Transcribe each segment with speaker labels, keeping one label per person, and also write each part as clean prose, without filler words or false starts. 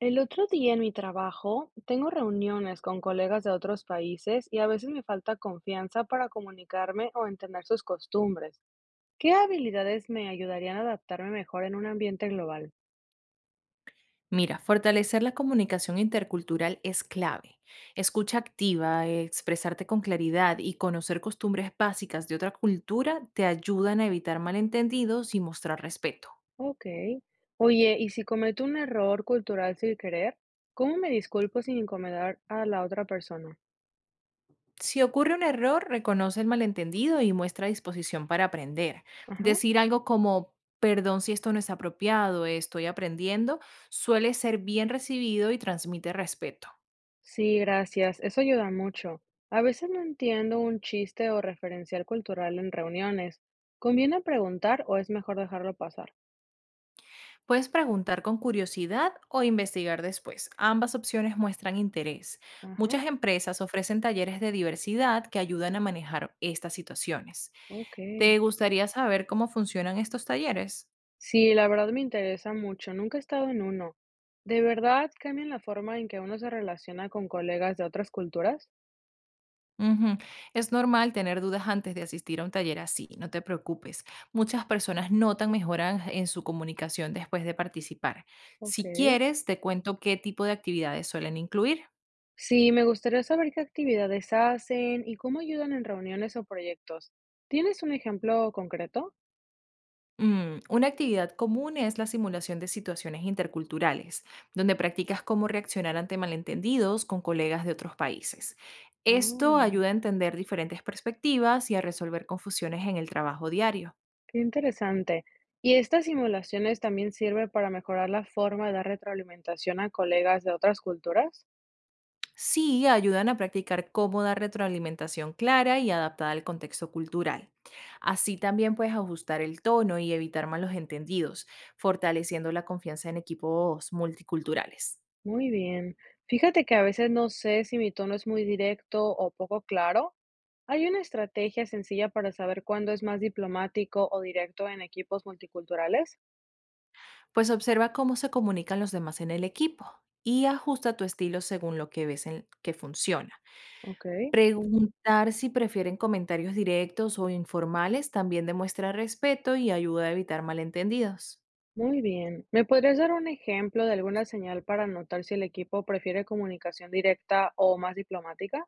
Speaker 1: El otro día en mi trabajo tengo reuniones con colegas de otros países y a veces me falta confianza para comunicarme o entender sus costumbres. ¿Qué habilidades me ayudarían a adaptarme mejor en un ambiente global?
Speaker 2: Mira, fortalecer la comunicación intercultural es clave. Escucha activa, expresarte con claridad y conocer costumbres básicas de otra cultura te ayudan a evitar malentendidos y mostrar respeto.
Speaker 1: Ok. Oye, ¿y si cometo un error cultural sin querer? ¿Cómo me disculpo sin incomodar a la otra persona?
Speaker 2: Si ocurre un error, reconoce el malentendido y muestra disposición para aprender.
Speaker 1: Ajá.
Speaker 2: Decir algo como, perdón si esto no es apropiado, estoy aprendiendo, suele ser bien recibido y transmite respeto.
Speaker 1: Sí, gracias. Eso ayuda mucho. A veces no entiendo un chiste o referencial cultural en reuniones. ¿Conviene preguntar o es mejor dejarlo pasar?
Speaker 2: Puedes preguntar con curiosidad o investigar después. Ambas opciones muestran interés.
Speaker 1: Ajá.
Speaker 2: Muchas empresas ofrecen talleres de diversidad que ayudan a manejar estas situaciones.
Speaker 1: Okey.
Speaker 2: ¿Te gustaría saber cómo funcionan estos talleres?
Speaker 1: Sí, la verdad me interesa mucho, nunca he estado en uno. ¿De verdad cambian la forma en que uno se relaciona con colegas de otras culturas?
Speaker 2: Ujú. Es normal tener dudas antes de asistir a un taller así, no te preocupes. Muchas personas notan mejoras en su comunicación después de participar. Si
Speaker 1: Okey.
Speaker 2: quieres, te cuento qué tipo de actividades suelen incluir.
Speaker 1: Sí, me gustaría saber qué actividades hacen y cómo ayudan en reuniones o proyectos. ¿Tienes un ejemplo concreto?
Speaker 2: Una actividad común es la simulación de situaciones interculturales, donde practicas cómo reaccionar ante malentendidos con colegas de otros países. Esto
Speaker 1: Oh,
Speaker 2: ayuda a entender diferentes perspectivas y a resolver confusiones en el trabajo diario.
Speaker 1: qué interesante. ¿Y estas simulaciones también sirven para mejorar la forma de dar retroalimentación a colegas de otras culturas?
Speaker 2: Sí, ayudan a practicar cómo dar retroalimentación clara y adaptada al contexto cultural. Así también puedes ajustar el tono y evitar malos entendidos, fortaleciendo la confianza en equipos multiculturales.
Speaker 1: Muy bien. Fíjate que a veces no sé si mi tono es muy directo o poco claro. ¿Hay una estrategia sencilla para saber cuándo es más diplomático o directo en equipos multiculturales?
Speaker 2: Pues observa cómo se comunican los demás en el equipo y ajusta tu estilo según lo que que funciona.
Speaker 1: Ok,
Speaker 2: Preguntar si prefieren comentarios directos o informales también demuestra respeto y ayuda a evitar malentendidos.
Speaker 1: muy bien. ¿Me podrías dar un ejemplo de alguna señal para notar si el equipo prefiere comunicación directa o más diplomática?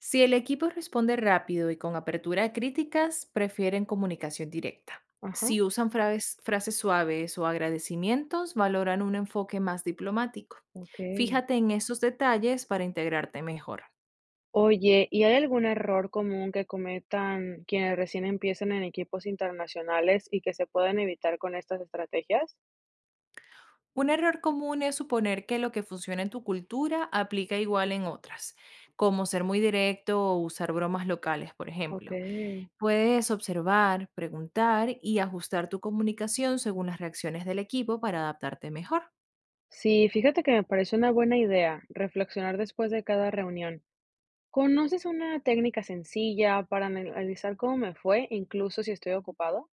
Speaker 2: Si el equipo responde rápido y con apertura a críticas, prefieren comunicación directa.
Speaker 1: Ajá,
Speaker 2: Si usan frases suaves o agradecimientos, valoran un enfoque más diplomático.
Speaker 1: ok.
Speaker 2: Fíjate en esos detalles para integrarte mejor.
Speaker 1: Oye, ¿y hay algún error común que cometan quienes recién empiezan en equipos internacionales y que se pueden evitar con estas estrategias?
Speaker 2: Un error común es suponer que lo que funciona en tu cultura aplica igual en otras, como ser muy directo o usar bromas locales, por
Speaker 1: Ok.
Speaker 2: ejemplo. Puedes observar, preguntar y ajustar tu comunicación según las reacciones del equipo para adaptarte mejor.
Speaker 1: Sí, fíjate que me pareció una buena idea reflexionar después de cada reunión. ¿Conoces una técnica sencilla para analizar cómo me fue, incluso si estoy ocupado?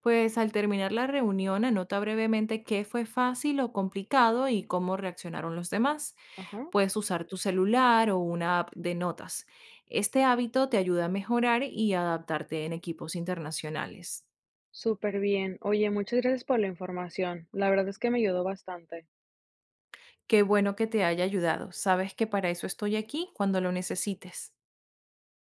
Speaker 2: Pues al terminar la reunión, anota brevemente qué fue fácil o complicado y cómo reaccionaron los demás.
Speaker 1: Ajá,
Speaker 2: Puedes usar tu celular o una app de notas. Este hábito te ayuda a mejorar y adaptarte en equipos internacionales.
Speaker 1: súper bien. Oye, muchas gracias por la información. La verdad es que me ayudó bastante.
Speaker 2: Qué bueno que te haya ayudado. Sabes que para eso estoy aquí cuando lo necesites.